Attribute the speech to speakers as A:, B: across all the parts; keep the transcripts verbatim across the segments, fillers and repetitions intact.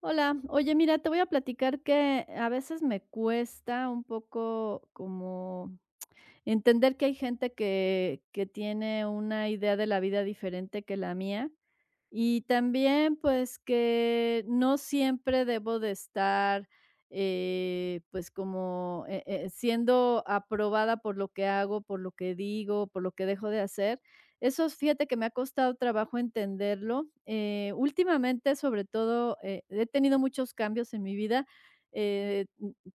A: Hola, oye, mira, te voy a platicar que a veces me cuesta un poco como entender que hay gente que, que tiene una idea de la vida diferente que la mía y también, pues, que no siempre debo de estar, eh, pues, como, eh, eh, siendo aprobada por lo que hago, por lo que digo, por lo que dejo de hacer. Eso, fíjate que me ha costado trabajo entenderlo. Eh, últimamente, sobre todo, eh, he tenido muchos cambios en mi vida. Eh,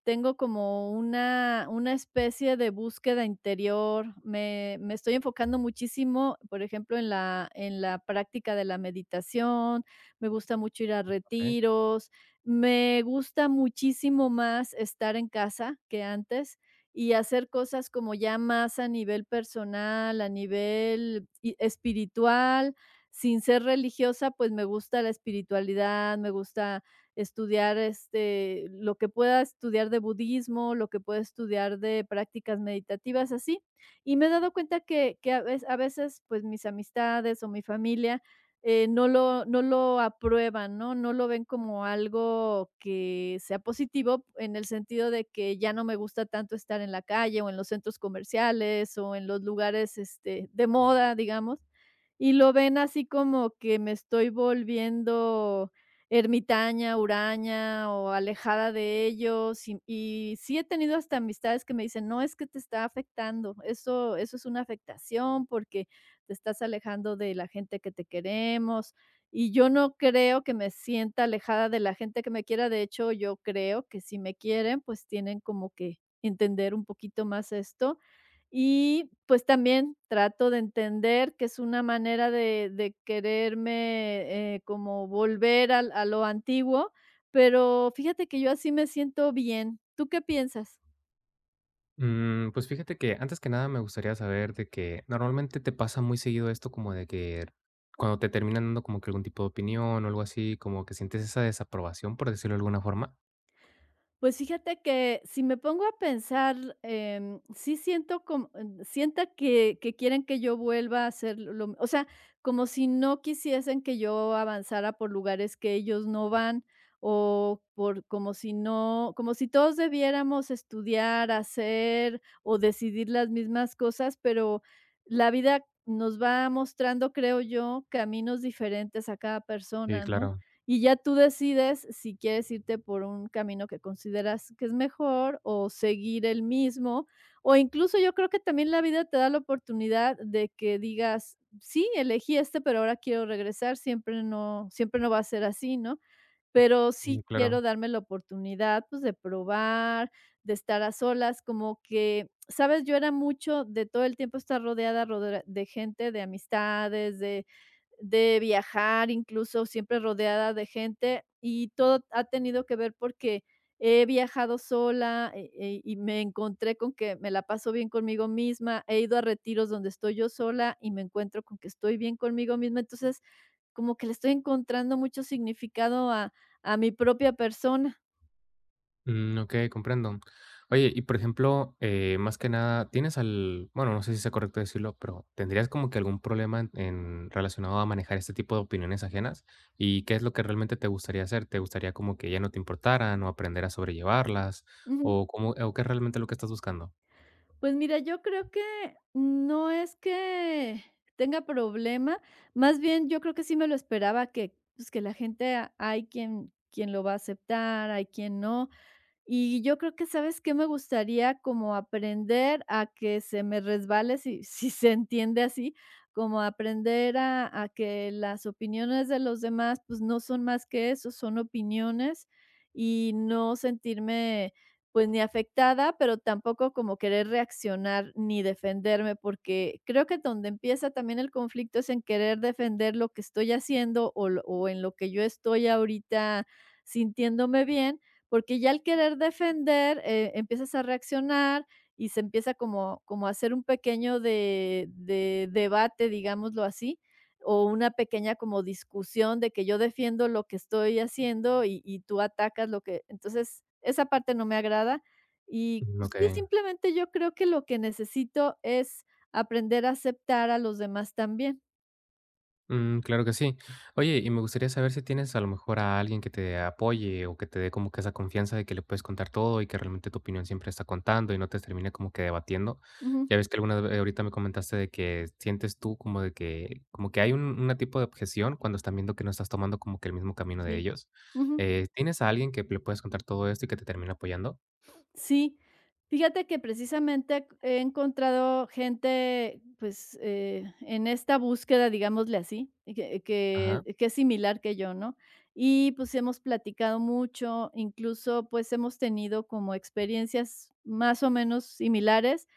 A: Tengo como una una especie de búsqueda interior. Me me estoy enfocando muchísimo, por ejemplo, en la en la práctica de la meditación, me gusta mucho ir a
B: Okey.
A: retiros, me gusta muchísimo más estar en casa que antes y hacer cosas como ya más a nivel personal, a nivel i espiritual. Sin ser religiosa, pues, me gusta la espiritualidad, me gusta estudiar este, lo que pueda estudiar de budismo, lo que pueda estudiar de prácticas meditativas, así. Y me he dado cuenta que, que a vez- a veces, pues mis amistades o mi familia eh, no lo, no lo aprueban, ¿no? No lo ven como algo que sea positivo en el sentido de que ya no me gusta tanto estar en la calle o en los centros comerciales o en los lugares este, de moda, digamos. Y lo ven así como que me estoy volviendo ermitaña, huraña o alejada de ellos, y y sí he tenido hasta amistades que me dicen: "No, es que te está afectando, eso eso es una afectación porque te estás alejando de la gente que te queremos", y yo no creo que me sienta alejada de la gente que me quiera. De hecho, yo creo que si me quieren, pues tienen como que entender un poquito más esto y, pues, también trato de entender que es una manera de de quererme, eh, como volver al a lo antiguo, pero fíjate que yo así me siento bien. ¿Tú qué piensas?
B: Mm, pues fíjate que antes que nada me gustaría saber de que normalmente te pasa muy seguido esto como de que cuando te terminan dando como que algún tipo de opinión o algo así, como que sientes esa desaprobación, por decirlo de alguna forma.
A: Pues fíjate que si me pongo a pensar, em, sí siento como em, sienta que que quieren que yo vuelva a hacer lo o sea, como si no quisiesen que yo avanzara por lugares que ellos no van, o por como si no como si todos debiéramos estudiar, hacer o decidir las mismas cosas, pero la vida nos va mostrando, creo yo, caminos diferentes a cada
B: Sí,
A: persona, ¿no?
B: claro.
A: Y ya tú decides si quieres irte por un camino que consideras que es mejor o seguir el mismo, o incluso yo creo que también la vida te da la oportunidad de que digas, sí, elegí este, pero ahora quiero regresar, siempre no, siempre no va a ser así, ¿no? Pero
B: Sí,
A: sí
B: claro.
A: quiero darme la oportunidad, pues, de probar, de estar a solas, como que, ¿sabes? Yo era mucho de todo el tiempo estar rodeada rodea de gente, de amistades, de de viajar, incluso siempre rodeada de gente, y todo ha tenido que ver porque he viajado sola, eh, eh, y me encontré con que me la paso bien conmigo misma. He ido a retiros donde estoy yo sola y me encuentro con que estoy bien conmigo misma. Entonces, como que le estoy encontrando mucho significado a a mi propia persona.
B: Mm, okey, comprendo. Oye, y por ejemplo, eh, más que nada, ¿tienes al bueno, no sé si sea correcto decirlo, pero ¿tendrías como que algún problema en en relacionado a manejar este tipo de opiniones ajenas? ¿Y qué es lo que realmente te gustaría hacer? ¿Te gustaría como que ya no te importaran o aprender a sobrellevarlas?
A: Ujú.
B: ¿O cómo o qué es realmente lo que estás buscando?
A: Pues mira, yo creo que no es que tenga problema, más bien yo creo que sí me lo esperaba que, pues, que la gente a- hay quien quien lo va a aceptar, hay quien no. Y yo creo que, ¿sabes qué? Me gustaría como aprender a que se me resbale, si si se entiende así, como aprender a a que las opiniones de los demás, pues, no son más que eso, son opiniones, y no sentirme, pues, ni afectada, pero tampoco como querer reaccionar ni defenderme, porque creo que donde empieza también el conflicto es en querer defender lo que estoy haciendo o lo o en lo que yo estoy ahorita sintiéndome bien, porque ya al querer defender, eh, empiezas a reaccionar y se empieza como, como a hacer un pequeño de, de debate, digámoslo así, o una pequeña como discusión de que yo defiendo lo que estoy haciendo y, y tú atacas lo que... Entonces, esa parte no me agrada. Y
B: Mm,
A: pues, sí,
B: okey.
A: simplemente yo creo que lo que necesito es aprender a aceptar a los demás también.
B: Mm, claro que sí. Oye, y me gustaría saber si tienes a lo mejor a alguien que te apoye o que te dé como que esa confianza de que le puedes contar todo y que realmente tu opinión siempre está contando y no te termina como que debatiendo.
A: Ujú,
B: Ya ves que alguna vez ahorita me comentaste de que sientes tú como de que como que hay un una tipo de objeción cuando están viendo que no estás tomando como que el mismo camino de
A: sí.
B: ellos.
A: Ujú.
B: Eh, ¿tienes a alguien que le puedes contar todo esto y que te termina apoyando?
A: Sí, fíjate que precisamente he encontrado gente, pues, eh, en esta búsqueda, digámosle así, y que
B: Ajá,
A: que que es similar que yo, ¿no? Y, pues, hemos platicado mucho, incluso, pues, hemos tenido como experiencias más o menos similares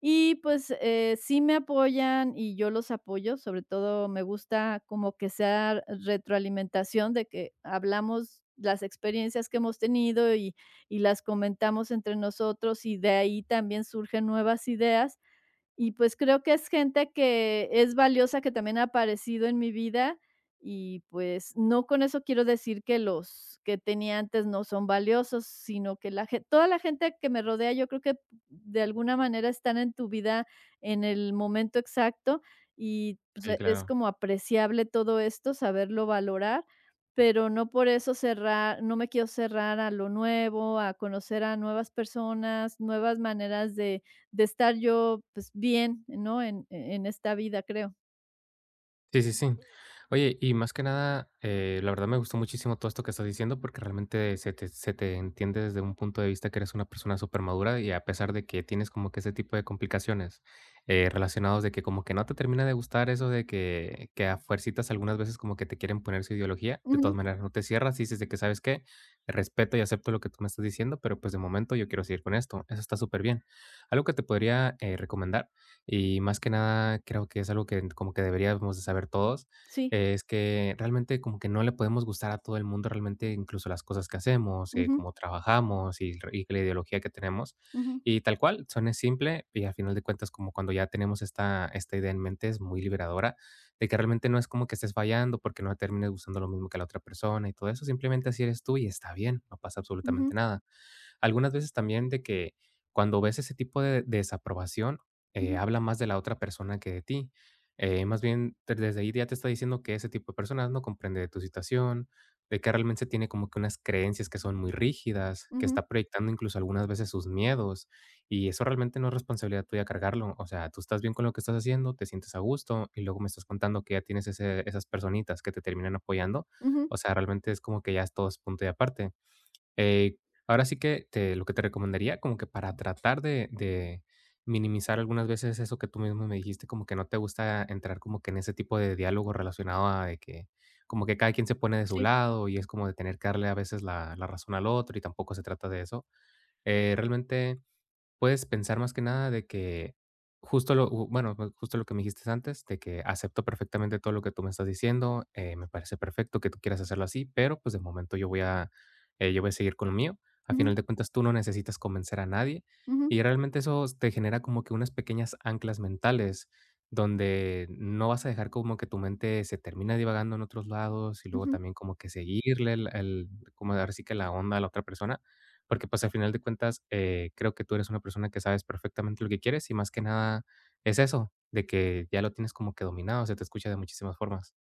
A: y, pues, eh, sí me apoyan y yo los apoyo, sobre todo me gusta como que sea retroalimentación de que hablamos las experiencias que hemos tenido y y las comentamos entre nosotros y de ahí también surgen nuevas ideas y pues creo que es gente que es valiosa, que también ha aparecido en mi vida y pues no con eso quiero decir que los que tenía antes no son valiosos, sino que la gen toda la gente que me rodea, yo creo que de alguna manera están en tu vida en el momento exacto y, pues,
B: sí,
A: e es
B: claro.
A: como apreciable todo esto, saberlo valorar, pero no por eso cerrar no me quiero cerrar a lo nuevo, a conocer a nuevas personas, nuevas maneras de de estar yo, pues, bien, ¿no? En e, en esta vida, creo.
B: Sí, sí, sí. Oye, y más que nada, eh, la verdad me gustó muchísimo todo esto que estás diciendo porque realmente se te, se te entiende desde un punto de vista que eres una persona súper madura y a pesar de que tienes como que ese tipo de complicaciones eh, relacionados de que como que no te termina de gustar eso de que, que a fuercitas algunas veces como que te quieren poner su ideología, de todas
A: Ujú,
B: maneras no te cierras y dices de que sabes qué, respeto y acepto lo que tú me estás diciendo, pero pues de momento yo quiero seguir con esto. Eso está súper bien. Algo que te podría eh, recomendar y más que nada creo que es algo que como que deberíamos de saber todos,
A: sí.
B: eh, es que realmente como que no le podemos gustar a todo el mundo, realmente incluso las cosas que hacemos, eh,
A: Ujú,
B: cómo trabajamos y, r- y la ideología que tenemos.
A: ujú,
B: Y tal cual, suena simple y al final de cuentas como cuando ya tenemos esta, esta idea en mente es muy liberadora de que realmente no es como que estés fallando porque no termines gustando lo mismo que la otra persona y todo eso, simplemente así eres tú y está bien, no pasa absolutamente
A: ujú,
B: nada. Algunas veces también de que cuando ves ese tipo de desaprobación, eh,
A: ujú,
B: habla más de la otra persona que de ti. Eh, más bien, de- desde ahí ya te está diciendo que ese tipo de personas no comprende de tu situación, de que realmente tiene como que unas creencias que son muy rígidas, que
A: ujú,
B: está proyectando incluso algunas veces sus miedos, y eso realmente no es responsabilidad tuya cargarlo. O sea, tú estás bien con lo que estás haciendo, te sientes a gusto, y luego me estás contando que ya tienes ese- esas personitas que te terminan apoyando.
A: ujú,
B: O sea, realmente es como que ya es todo es punto y aparte. Eh, Ahora sí que te lo que te recomendaría, como que para tratar de de minimizar algunas veces eso que tú mismo me dijiste, como que no te gusta entrar como que en ese tipo de diálogo relacionado a de que como que cada quien se pone de su
A: sí.
B: lado y es como de tener que darle a veces la la razón al otro y tampoco se trata de eso. Eh, realmente puedes pensar más que nada de que justo lo u bueno, bu justo lo que me dijiste antes, de que acepto perfectamente todo lo que tú me estás diciendo, eh, me parece perfecto que tú quieras hacerlo así, pero, pues, de momento yo voy a, eh, yo voy a seguir con lo mío. A
A: Ujú,
B: final de cuentas, tú no necesitas convencer a nadie,
A: ujú,
B: y realmente eso te genera como que unas pequeñas anclas mentales, donde no vas a dejar como que tu mente se termina divagando en otros lados, y luego
A: ujú.
B: también como que seguirle el el como ahora sí que la onda a la otra persona, porque, pues, al final de cuentas, eh, creo que tú eres una persona que sabes perfectamente lo que quieres y más que nada es eso, de que ya lo tienes como que dominado, se te escucha de muchísimas formas.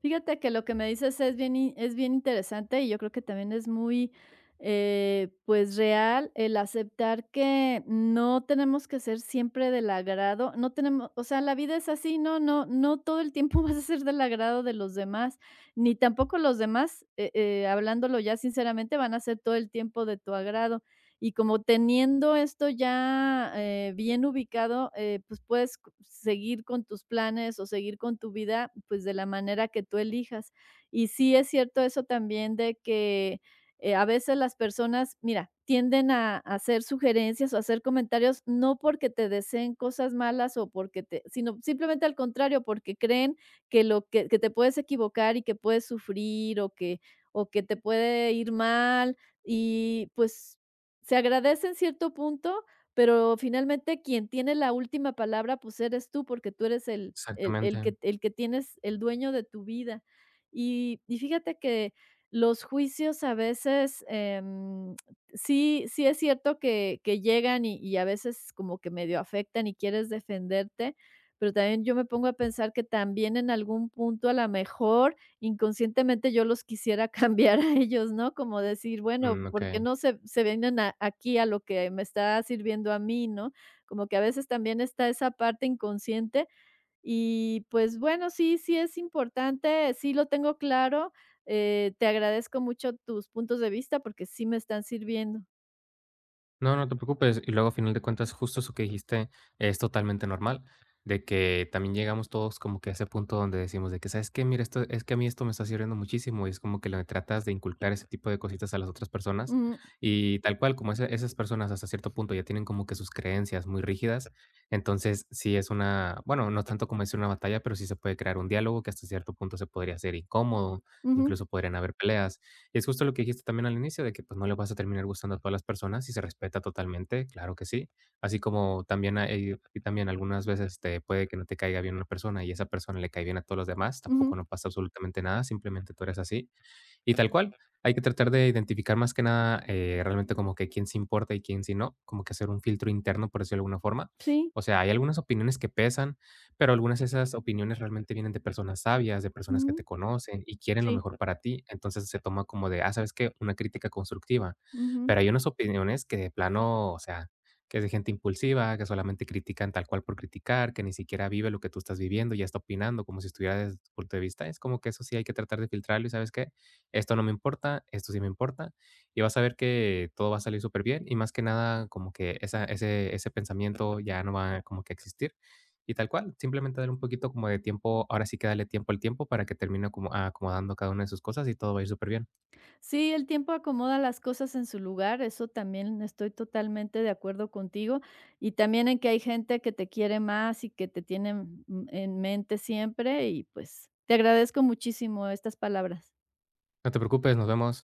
A: Fíjate que lo que me dices es bien in es bien interesante, y yo creo que también es muy, eh, pues, real el aceptar que no tenemos que ser siempre del agrado, no tenemos o sea, la vida es así, no no no todo el tiempo vas a ser del agrado de los demás, ni tampoco los demás, eh eh, hablándolo ya sinceramente, van a ser todo el tiempo de tu agrado. Y como teniendo esto ya, eh, bien ubicado, eh, pues, puedes c seguir con tus planes o seguir con tu vida, pues, de la manera que tú elijas. Y sí es cierto eso también de que, eh, a veces las personas, mira, tienden a a hacer sugerencias o hacer comentarios, no porque te deseen cosas malas o porque te sino simplemente al contrario, porque creen que lo que que te puedes equivocar y que puedes sufrir o que o que te puede ir mal y, pues, se agradece en cierto punto, pero finalmente quien tiene la última palabra, pues, eres tú, porque tú eres el el el
B: Exactamente.
A: que el que tienes el dueño de tu vida. Y y fíjate que los juicios a veces, em, sí sí es cierto que que llegan y y a veces como que medio afectan y quieres defenderte, pero también yo me pongo a pensar que también en algún punto a la mejor inconscientemente yo los quisiera cambiar a ellos, ¿no? Como decir, bueno,
B: Mm,
A: ¿por qué
B: okey.
A: no se se vienen a aquí a lo que me está sirviendo a mí, no? Como que a veces también está esa parte inconsciente y, pues, bueno, sí, sí es importante, sí lo tengo claro, eh, te agradezco mucho tus puntos de vista porque sí me están sirviendo.
B: No, no te preocupes. Y luego, a final de cuentas, justo eso que dijiste es totalmente normal, de que también llegamos todos como que a ese punto donde decimos de que, ¿sabes qué? Mira, esto, es que a mí esto me está sirviendo muchísimo y es como que le tratas de inculcar ese tipo de cositas a las otras personas.
A: Ujú,
B: Y tal cual, como esa- esas personas hasta cierto punto ya tienen como que sus creencias muy rígidas, entonces sí es una, bueno, no tanto como decir una batalla, pero sí se puede crear un diálogo que hasta cierto punto se podría hacer incómodo,
A: ujú,
B: incluso podrían haber peleas. Y es justo lo que dijiste también al inicio, de que pues no le vas a terminar gustando a todas las personas y se respeta totalmente, claro que sí. Así como también hay- a también algunas veces te puede que no te caiga bien una persona y esa persona le cae bien a todos los demás, tampoco
A: ujú,
B: no pasa absolutamente nada, simplemente tú eres así. Y tal cual, hay que tratar de identificar más que nada eh, realmente como que quién se importa y quién sí no, como que hacer un filtro interno, por decirlo de alguna forma.
A: sí,
B: O sea, hay algunas opiniones que pesan, pero algunas de esas opiniones realmente vienen de personas sabias, de personas que te
A: ujú,
B: conocen y quieren lo
A: sí,
B: mejor para ti. Entonces se toma como de, ah, ¿sabes qué? Una crítica constructiva.
A: ujú.
B: Pero hay unas opiniones que de plano, o sea, que es de gente impulsiva, que solamente critican tal cual por criticar, que ni siquiera vive lo que tú estás viviendo, ya está opinando como si estuviera desde tu punto de vista. Es como que eso sí hay que tratar de filtrarlo y ¿sabes qué? Esto no me importa, esto sí me importa, y vas a ver que todo va a salir súper bien y más que nada como que esa ese ese pensamiento ya no va como que a existir. Y tal cual, simplemente darle un poquito como de tiempo, ahora sí que darle tiempo al tiempo para que termine como acomodando cada una de sus cosas y todo va a ir súper bien.
A: Sí, el tiempo acomoda las cosas en su lugar, eso también estoy totalmente de acuerdo contigo. Y también en que hay gente que te quiere más y que te tiene en en mente siempre y pues te agradezco muchísimo estas palabras.
B: No te preocupes, nos vemos.